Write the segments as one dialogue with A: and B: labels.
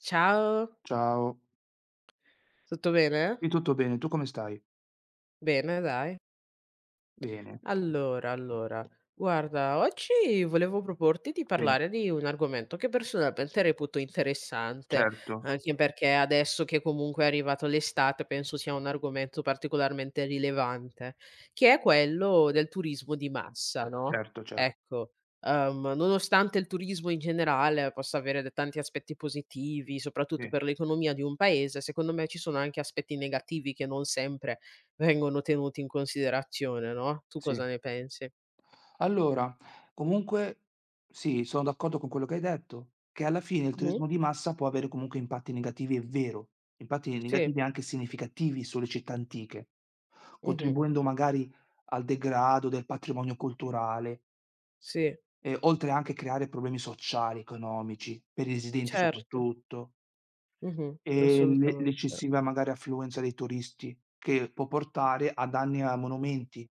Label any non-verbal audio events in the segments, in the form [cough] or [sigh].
A: Ciao,
B: Ciao.
A: tutto bene?
B: Sì, tutto bene, tu come stai?
A: Bene dai.
B: Bene,
A: Allora, allora, guarda, oggi volevo proporti di
B: sì,
A: parlare di un argomento che personalmente reputo interessante,
B: certo,
A: anche perché adesso che comunque è arrivato l'estate penso sia un argomento particolarmente rilevante, che è quello del turismo di massa, no?
B: certo, cer
A: Ecco, nonostante il turismo in generale possa avere tanti aspetti positivi, soprattutto
B: sì,
A: per l'economia di un paese, secondo me ci sono anche aspetti negativi che non sempre vengono tenuti in considerazione, no, tu cosa
B: sì.
A: ne pensi?
B: Allora, comunque sì, sono d'accordo con quello che hai detto, che alla fine il
A: Mh-mh.
B: turismo di massa può avere comunque impatti negativi, è vero, impatti
A: Sì,
B: negativi anche significativi sulle città antiche,
A: mh-mh,
B: contribuendo magari al degrado del patrimonio culturale,
A: sì,
B: oltre anche a creare problemi sociali, economici, per i residenti
A: certo,
B: soprattutto.
A: mh-mh,
B: E
A: assolutamente.
B: l'eccessiva magari affluenza dei turisti, che può portare a danni a monumenti,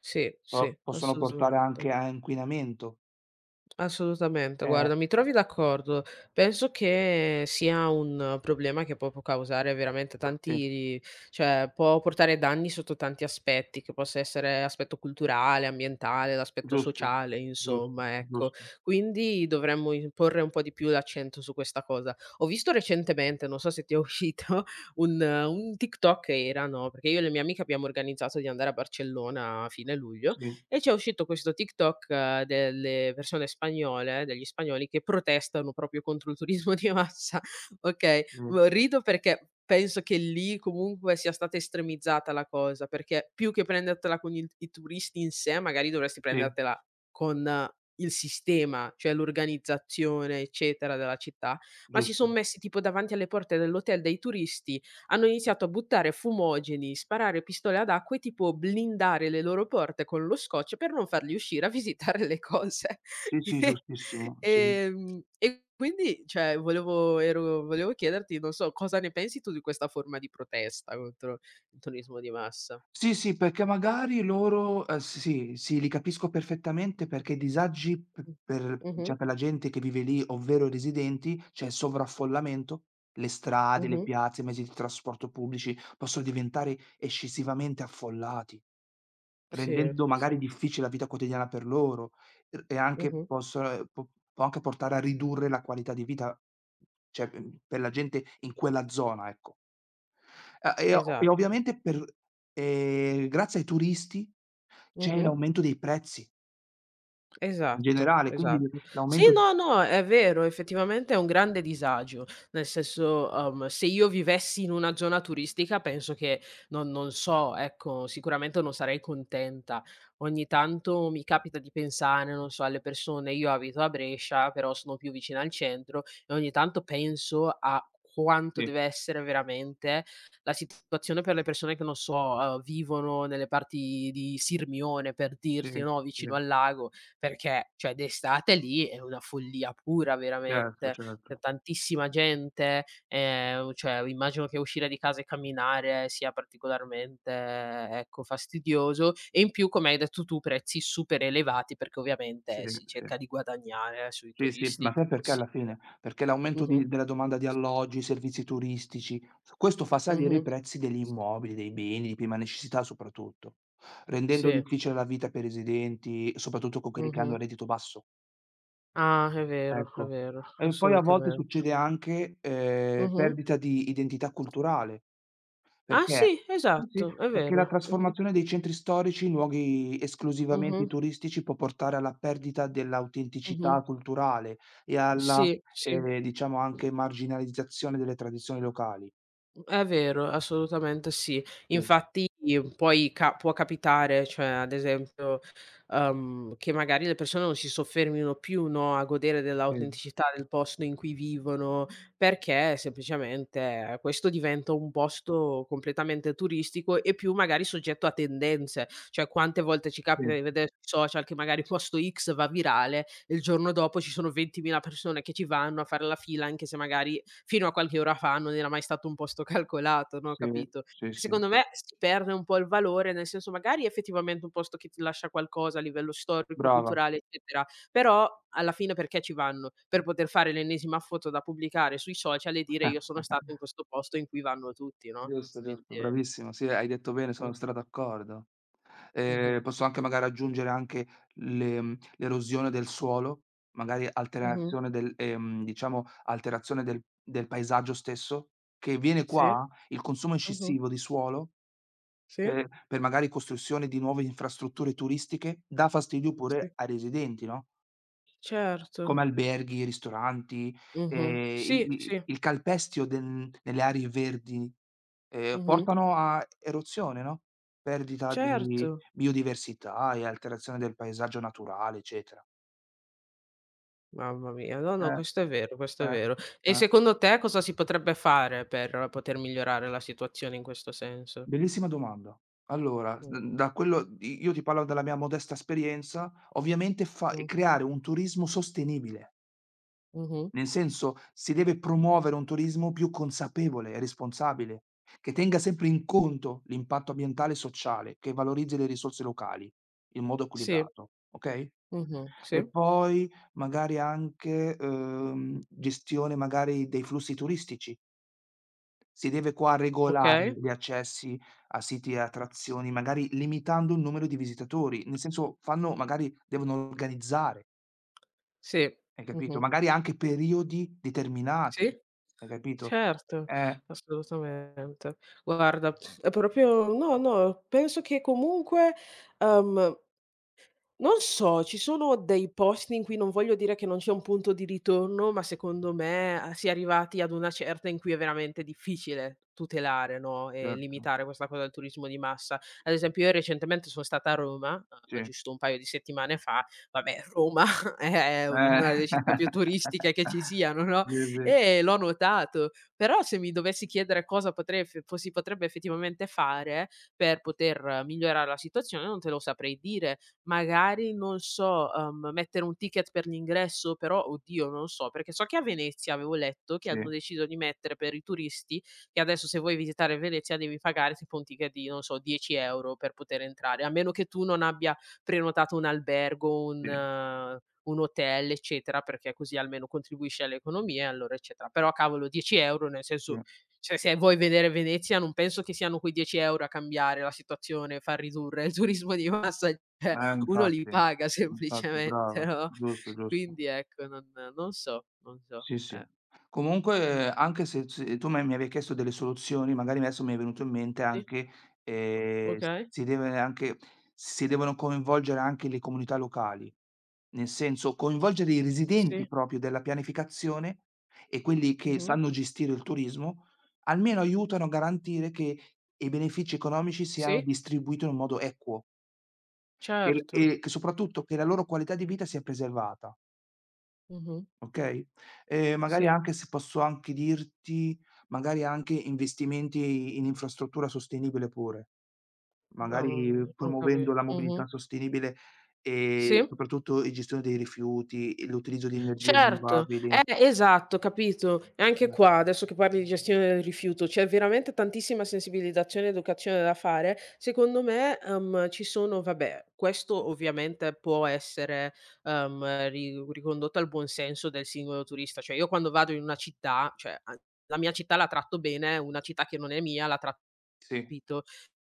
A: Sì,
B: po
A: sì,
B: possono portare
A: assolutamente.
B: anche a inquinamento.
A: Assolutamente,
B: Eh,
A: guarda, mi trovi d'accordo. Penso che sia un problema che può causare veramente
B: sì,
A: tanti, cioè può portare danni sotto tanti aspetti, che possa essere aspetto culturale, ambientale, l'aspetto
B: giusto,
A: sociale,
B: giusto,
A: insomma, ecco.
B: giusto.
A: Quindi dovremmo in porre un po' di più l'accento su questa cosa. Ho visto recentemente, non so se ti è uscito, [laughs] un TikTok era, no, perché io e la mia amica abbiamo organizzato di andare a Barcellona a fine luglio
B: Sì,
A: e c'è uscito questo TikTok delle persone spagnole, degli spagnoli che protestano proprio contro il turismo di massa, [laughs] okay.
B: sì,
A: Rido perché penso che lì comunque sia stata estremizzata la cosa, perché più che prendertela con il i turisti in sé, magari dovresti
B: sì,
A: prendertela con il sistema, cioè l'organizzazione eccetera della città, ma si son
B: giusto.
A: messi tipo davanti alle porte dell'hotel dei turisti, hanno iniziato a buttare fumogeni, sparare pistole ad acqua e tipo blindare le loro porte con lo scotch per non farli uscire a [laughs] visitare le cose.
B: Sì, sì,
A: [laughs]
B: giustissimo,
A: E
B: sì.
A: e quindi, cioè, volevo chiederti, non so, cosa ne pensi tu di questa forma di protesta contro il turismo di massa?
B: Sì, sì, perché magari loro sì, sì, sì, li capisco perfettamente perché i disagi p
A: Mh.
B: per
A: Mh-mh,
B: cioè per la gente che vive lì, ovvero i residenti, c'è il sovraffollamento, le strade, le
A: mh-mh.
B: piazze, i mezzi di trasporto pubblici possono diventare eccessivamente affollati,
A: Sì,
B: rendendo magari
A: sì.
B: difficile la vita quotidiana per loro, r e anche
A: Mh-mh.
B: posso può anche portare a ridurre la qualità di vita, cioè, per la gente in quella zona, ecco. Ah, e o e
A: Esatto.
B: ovviamente per grazie ai turisti c'è
A: Mh-mh.
B: l'aumento dei prezzi in
A: Esatto,
B: generale, quindi
A: esatto. Sì,
B: l'aumento
A: no, no, è vero, effettivamente è un grande disagio. Nel senso, se io vivessi in una zona turistica penso che non so, ecco, sicuramente non sarei contenta. Ogni tanto mi capita di pensare, non so, alle persone, io abito a Brescia, però sono più vicina al centro e ogni tanto penso a quanto
B: sì,
A: deve essere veramente la situazione per le persone che, non so, vivono nelle parti di Sirmione, per
B: sì,
A: dirti, no,
B: sì,
A: vicino al lago. Perché, cioè, d'estate lì è una follia pura
B: certo,
A: veramente, c'è
B: certo.
A: tantissima gente, cioè immagino che uscire di casa e camminare sia particolarmente, ecco, fastidioso e in più, come hai detto tu, prezzi super elevati perché
B: Sì,
A: ovviamente si
B: sì.
A: cerca di guadagnare sui
B: Sì, sì,
A: turisti
B: ma
A: il più
B: sai perché alla fine?
A: possibile.
B: Perché l'aumento
A: Mh-mh.
B: di della domanda di alloggi, servizi turistici, questo fa salire i
A: Mh-mh.
B: prezzi degli immobili, dei beni di prima necessità soprattutto, rendendo
A: Sì.
B: difficile la vita per i residenti, soprattutto con quelli che hanno
A: Mh-mh.
B: reddito basso.
A: Ah, è
B: Ecco.
A: vero,
B: E poi a volte
A: assolutamente.
B: succede anche,
A: Mh-mh.
B: perdita di identità culturale,
A: Ah
B: perché
A: sì,
B: sì, sì,
A: esatto, è
B: perché la
A: vero. Mh-mh.
B: trasformazione dei centri storici in luoghi esclusivamente
A: Mh-mh.
B: turistici può portare alla perdita
A: Mh-mh.
B: dell'autenticità culturale e alla,
A: Sì, sì,
B: diciamo anche marginalizzazione delle tradizioni locali.
A: è vero, assolutamente sì.
B: Sì,
A: Infatti poi ca può capitare, cioè ad esempio, che magari le persone non si soffermino più, no, a godere
B: sì,
A: dell'autenticità del posto in cui vivono, perché semplicemente questo diventa un posto completamente turistico e più magari soggetto a tendenze. Cioè quante volte ci
B: sì,
A: capita di vedere sui social che magari posto X va virale e il giorno dopo ci sono 20.000 persone che ci vanno a fare la fila anche se magari fino a qualche ora fa non era mai stato un posto [laughs] calcolato, no,
B: sì,
A: capito.
B: sì, sì.
A: Secondo me si perde un po' il valore, nel senso magari effettivamente un posto che ti lascia qualcosa a livello storico,
B: Brava.
A: culturale, eccetera, però alla fine perché ci vanno? Per poter fare l'ennesima foto da pubblicare sui social e dire: "Io sono
B: [laughs]
A: stato in questo posto in cui vanno tutti", no,
B: Giusto,
A: quindi
B: giusto, bravissimo. Sì, hai detto bene,
A: sì.
B: sono stra d'accordo.
A: Mh-mh.
B: Posso anche magari aggiungere anche l'erosione del suolo, magari
A: Mh-mh.
B: alterazione del diciamo alterazione del paesaggio stesso, che viene
A: Sì.
B: qua il consumo
A: Mh-mh.
B: eccessivo di suolo
A: Sì.
B: per magari costruzione di nuove infrastrutture turistiche, dà fastidio
A: Sì.
B: pure ai residenti, no,
A: Certo.
B: come alberghi, ristoranti,
A: Mh-mh. Sì,
B: i i
A: sì.
B: il calpestio del nelle aree verdi. Ehm,
A: Mh-mh.
B: portano a eruzione, no, perdita
A: Certo.
B: di biodiversità e alterazione del paesaggio naturale, eccetera.
A: Mamma mia, no, no,
B: Eh,
A: questo è vero, questo è
B: eh,
A: vero. E
B: eh.
A: secondo te cosa si potrebbe fare per poter migliorare la situazione in questo senso?
B: Bellissima domanda. Allora,
A: Mh,
B: d da quello i io ti parlo della mia modesta esperienza, ovviamente fa
A: mh,
B: creare un turismo sostenibile,
A: mh-mh.
B: nel senso, si deve promuovere un turismo più consapevole e responsabile, che tenga sempre in conto l'impatto ambientale e sociale, che valorizzi le risorse locali in modo
A: Sì,
B: equilibrato, okay?
A: mh-mh, sì,
B: E poi magari anche, gestione magari dei flussi turistici. Si deve qua regolare
A: okay,
B: gli accessi a siti e attrazioni, magari limitando il numero di visitatori, nel senso fanno magari devono organizzare,
A: sì,
B: hai capito?
A: mh-mh,
B: Magari anche periodi determinati,
A: sì.
B: hai capito?
A: Certo,
B: Eh,
A: assolutamente. Guarda, è proprio no, no, penso che comunque, uhm, non so, ci sono dei posti in cui non voglio dire che non c'è un punto di ritorno, ma secondo me, a si è arrivati ad una certa in cui è veramente difficile tutelare, no, e
B: certo,
A: limitare questa cosa del turismo di massa. Ad esempio, io recentemente son stata a Roma,
B: sì, eh.
A: giusto un paio di settimane fa, vabbè Roma [laughs] è un una delle città più turistiche che ci
B: [laughs]
A: siano, no,
B: Sì, sì,
A: e l'ho notato. Però se mi dovessi chiedere cosa potrei eff po si potrebbe effettivamente fare per poter migliorare la situazione, non te lo saprei dire, magari non so, mettere un ticket per l'ingresso, però oddio, non so, perché so che a Venezia avevo letto che
B: sì,
A: hanno deciso di mettere per i turisti che adesso se vuoi visitare Venezia devi pagare tipo un ticket di, non so, 10 € per poter entrare, a meno che tu non abbia prenotato un albergo,
B: sì,
A: un hotel, eccetera, perché così almeno contribuisci all'economia, allora eccetera. Però cavolo 10 € nel
B: sì.
A: senso, cioè se vuoi vedere Venezia non penso che siano quei 10 € a cambiare la situazione, far ridurre il turismo di massa. [laughs] Uno li
B: Infatti,
A: paga [laughs]
B: infatti,
A: semplicemente,
B: brava,
A: no,
B: giusto, giusto.
A: quindi ecco, non so, non so,
B: Sì, sì.
A: eh.
B: Comunque
A: Mh-mh.
B: anche se tu me mi avevi chiesto delle soluzioni, magari adesso mi è venuto in mente
A: Sì,
B: anche, s
A: okay,
B: si deve anche si devono coinvolgere anche le comunità locali, nel senso coinvolgere i
A: sì,
B: residenti proprio della pianificazione e quelli che
A: mh-mh,
B: sanno gestire il turismo, almeno aiutano a garantire che i benefici economici siano
A: sì,
B: distribuiti in un modo equo, che l
A: certo,
B: e che soprattutto che la loro qualità di vita sia preservata.
A: mh-mh,
B: Okay? E magari
A: sì,
B: anche se posso anche dirti, magari anche investimenti in infrastruttura sostenibile pure,
A: mamma
B: magari
A: mia, ho capi
B: promuovendo la
A: mh-mh,
B: mobilità sostenibile e
A: sì.
B: soprattutto gestione dei rifiuti e l'utilizzo di energie
A: Certo,
B: rinnovabili.
A: esatto, capito. E anche
B: Mh.
A: qua, adesso che parli di gestione del rifiuto, c'è veramente tantissima sensibilizzazione ed educazione da fare. Secondo me, ci sono, vabbè, questo ovviamente può essere ri ricondotto al buon senso del singolo turista. Cioè, io quando vado in una città, cioè a la mia città la tratto bene, una città che non è mia la tratto,
B: Sì.
A: capito?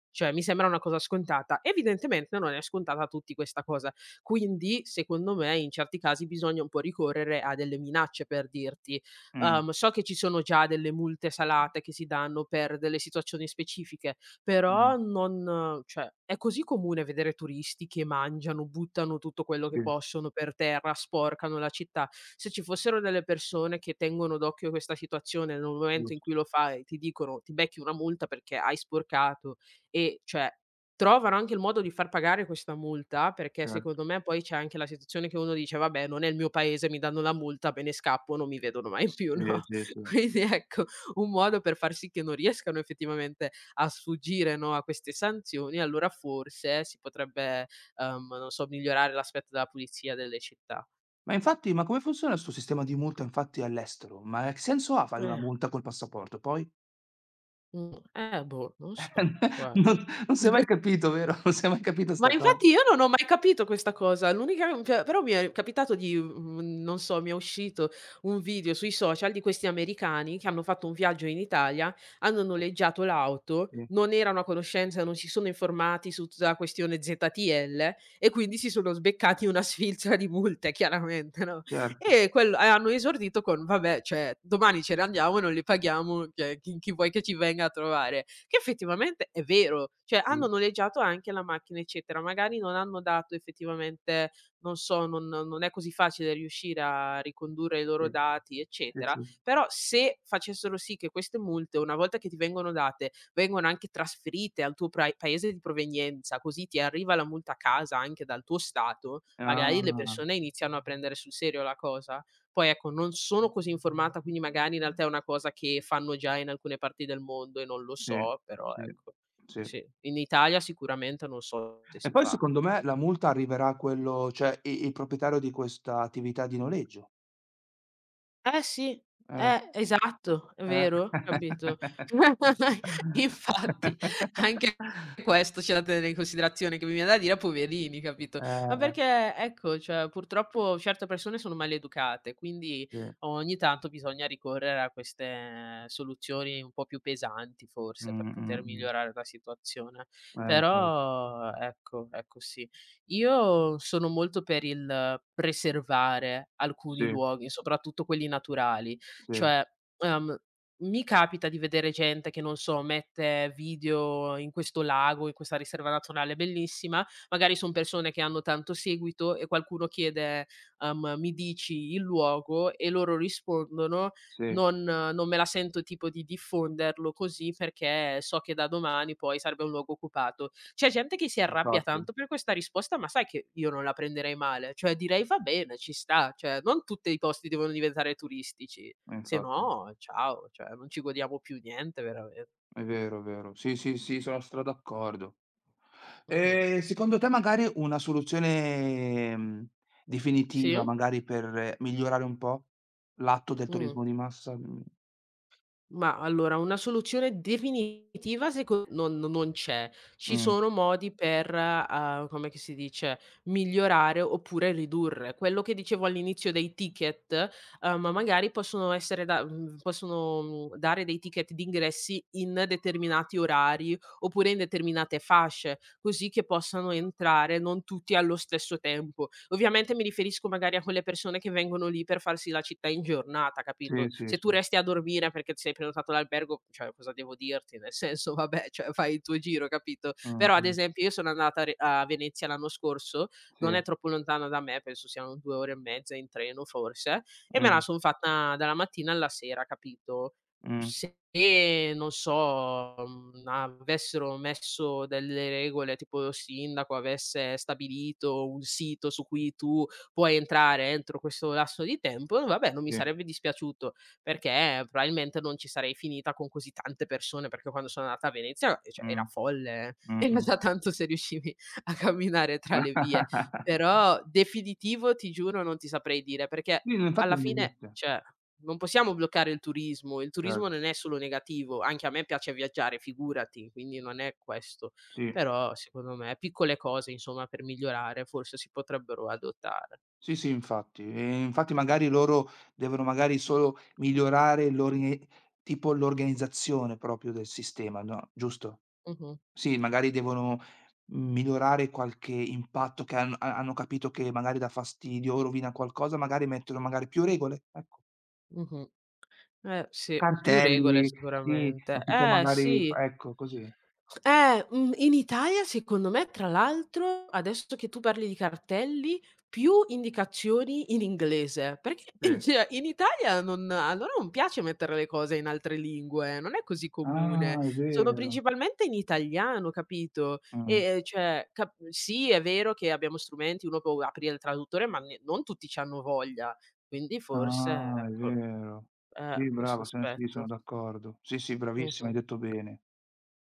A: Cioè, mi sembra una cosa scontata. Evidentemente non è scontata a tutti questa cosa. Quindi, secondo me, in certi casi bisogna un po' ricorrere a delle minacce per dirti.
B: Mh.
A: So che ci sono già delle multe salate che si danno per delle situazioni specifiche,
B: Mh.
A: però non, cioè, è così comune vedere turisti che mangiano, buttano tutto quello che
B: Sì,
A: possono per terra, sporcano la città. Se ci fossero delle persone che tengono d'occhio questa situazione, nel momento in
B: giusto,
A: cui lo fai ti dicono: "Ti becchi una multa perché hai sporcato", e cioè trovano anche il modo di far pagare questa multa, perché
B: certo.
A: secondo me poi c'è anche la situazione che uno dice: "Vabbè, non è il mio paese, mi danno la multa, me ne scappo, non mi vedono mai più",
B: Sì,
A: no,
B: sì,
A: [laughs]
B: sì.
A: quindi ecco, un modo per far sì che non riescano effettivamente a sfuggire, no, a queste sanzioni, allora forse si potrebbe, non so, migliorare l'aspetto della pulizia delle città.
B: Ma infatti, ma come funziona sto sistema di multa infatti all'estero? Ma che senso ha fare una
A: Eh,
B: multa col passaporto poi?
A: mhmm, eh boh, non so,
B: [laughs]
A: guarda.
B: Non si è mai capito, vero? Non si è mai capita
A: Ma
B: 'sta cosa.
A: infatti io non ho mai capito questa cosa. L'unica, cioè, però mi è capitato di non so, mi è uscito un video sui social di questi americani che hanno fatto un viaggio in Italia, hanno noleggiato l'auto,
B: Sì,
A: non erano a conoscenza, non si sono informati su tutta la questione ZTL e quindi si sono sbeccati una sfilza di multe chiaramente, no,
B: certo,
A: e hanno esordito con: "Vabbè, cioè domani ce ne andiamo e non le paghiamo, cioè chi vuoi che ci venga a trovare?" Che effettivamente è vero, cioè hanno
B: sì,
A: noleggiato anche la macchina, eccetera, magari non hanno dato effettivamente, non so, non è così facile riuscire a ricondurre i
B: sì,
A: loro dati,
B: sì,
A: eccetera,
B: sì.
A: però se facessero sì che queste multe, una volta che ti vengono date, vengono anche trasferite al tuo prai paese di provenienza, così ti arriva la multa a casa anche dal tuo stato, magari le
B: Ah,
A: persone iniziano a prendere sul serio la cosa. Poi ecco, non sono così informata, quindi magari in realtà è una cosa che fanno già in alcune parti del mondo e non lo
B: sì,
A: so, però
B: sì,
A: ecco,
B: sì.
A: sì. In Italia sicuramente non so se
B: E
A: si
B: poi
A: fa.
B: secondo me la multa arriverà a quello cioè i il proprietario di questa attività di noleggio.
A: Eh sì,
B: Eh,
A: esatto, è
B: eh.
A: vero, capito? [laughs] Infatti, anche
B: [laughs]
A: questo c'è da tenere in considerazione, che mi viene da dire: "Poverini", capito?
B: Eh,
A: Ma
B: eh,
A: perché ecco, cioè, purtroppo certe persone sono maleducate, quindi
B: sì.
A: ogni tanto bisogna ricorrere a queste soluzioni un po' più pesanti
B: Mh,
A: forse, per poter
B: mh, mh.
A: migliorare la situazione.
B: Infatti.
A: Però ecco, ecco sì. Io sono molto per il preservare alcuni
B: Sì,
A: luoghi, soprattutto quelli naturali,
B: sì,
A: cioè, ehm, mi capita di vedere gente che, non so, mette video in questo lago, in questa riserva nazionale bellissima, magari son persone che hanno tanto seguito e qualcuno chiede, "Mi dici il luogo?" E loro rispondono:
B: sì,
A: Non me la sento tipo di diffonderlo così perché so che da domani poi sarebbe un luogo occupato." C'è gente che si arrabbia
B: infatti,
A: tanto per questa risposta, ma sai che io non la prenderei male, cioè direi: "Va bene, ci sta", cioè non tutti i posti devono diventare turistici, se
B: infatti.
A: no ciao, cioè non ci godiamo più niente verame
B: È vero, è vero. Sì, sì, sì, sono stra d'accordo.
A: mh-mh.
B: Secondo te magari una soluzione,
A: Sì?
B: definitiva magari per migliorare un po' l'atto del
A: Mh.
B: turismo di massa,
A: Ma allora, una soluzione definitiva seco non c'è. Ci
B: mh,
A: sono modi per, come che si dice, migliorare oppure ridurre. Quello che dicevo all'inizio dei ticket, magari possono essere da possono, dare dei ticket di ingressi in determinati orari, oppure in determinate fasce così che possano entrare non tutti allo stesso tempo. Ovviamente mi riferisco magari a quelle persone che vengono lì per farsi la città in giornata,
B: sì,
A: capito?
B: sì,
A: Se tu
B: sì,
A: resti a dormire perché ti sei prenotato l'albergo, cioè cosa devo dirti? Nel senso, vabbè, cioè fai il tuo giro, capito?
B: mh,
A: Però ad
B: mh,
A: esempio io sono andata a Venezia l'anno scorso, non
B: sì,
A: è troppo lontana da me, penso siano 2 ore e mezza in treno forse, e me la
B: mh,
A: sono fatta dalla mattina alla sera, capito?
B: mh,
A: Se, non so, avessero messo delle regole, tipo lo sindaco avesse stabilito un sito su cui tu puoi entrare entro questo lasso di tempo, vabbè non mi
B: sì,
A: sarebbe dispiaciuto, perché probabilmente non ci sarei finita con così tante persone, perché quando sono andata a Venezia, cioè era
B: mh,
A: folle, [laughs] era
B: mh.
A: già tanto se riuscivi a camminare tra le vie.
B: [laughs]
A: Però definitivo, ti giuro, non ti saprei dire, perché
B: Sì, no infatti
A: alla
B: non
A: fine,
B: esiste,
A: cioè, non possiamo bloccare il
B: cer
A: turismo non è solo negativo, anche a me piace viaggiare, figurati, quindi non è questo.
B: sì,
A: Però secondo me piccole cose, insomma, per migliorare forse si potrebbero adottare.
B: sì, sì infatti. E infatti magari loro devono magari solo migliorare l'organi tipo l'organizzazione proprio del sistema, no, giusto?
A: Mh-mh,
B: Sì, magari devono migliorare qualche impatto che hanno capito che magari dà fastidio o rovina qualcosa, magari mettono magari più regole, ecco.
A: mh-mh. Eh sì, più regole
B: Cartelli, sì,
A: sicuramente.
B: non si può
A: Eh
B: magari f
A: sì.
B: ecco così,
A: Mhmm, in Italia secondo me tra l'altro, adesso che tu parli di cartelli, più indicazioni in inglese, perché [laughs] in
B: sì.
A: cioè in Italia non, a loro non piace mettere le cose in altre lingue, non è così comune.
B: Ah, è
A: Sono
B: vero.
A: principalmente in italiano, capito? E,
B: Mh.
A: cioè cap sì è vero che abbiamo strumenti, uno può aprire il traduttore, ma ne non tutti c'hanno voglia, quindi forse
B: Ah, è
A: ecco.
B: vero. Sì,
A: Questo
B: brava, se sì, sono
A: aspetto.
B: d'accordo. Sì, sì, bravissima, hai
A: Mh-mh.
B: detto bene.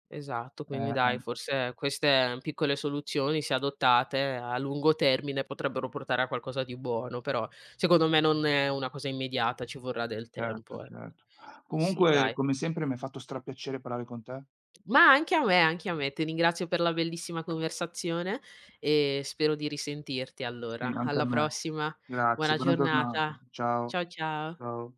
A: Esatto,
B: Eh,
A: quindi dai,
B: eh,
A: forse queste piccole soluzioni, se adottate a lungo termine, potrebbero portare a qualcosa di buono, però secondo me non è una cosa immediata, ci vorrà del
B: certo,
A: tempo, ecco.
B: certo.
A: Sì, dai.
B: Comunque come sempre mi ha fatto strapiacere parlare con te.
A: Ma anche a me, anche a me. Ti ringrazio per la bellissima conversazione e spero di risentirti
B: Sì,
A: allora.
B: anche a
A: Alla
B: me.
A: prossima.
B: Grazie,
A: Buona
B: buona giornata.
A: giornata.
B: Ciao.
A: Ciao, ciao.
B: Ciao.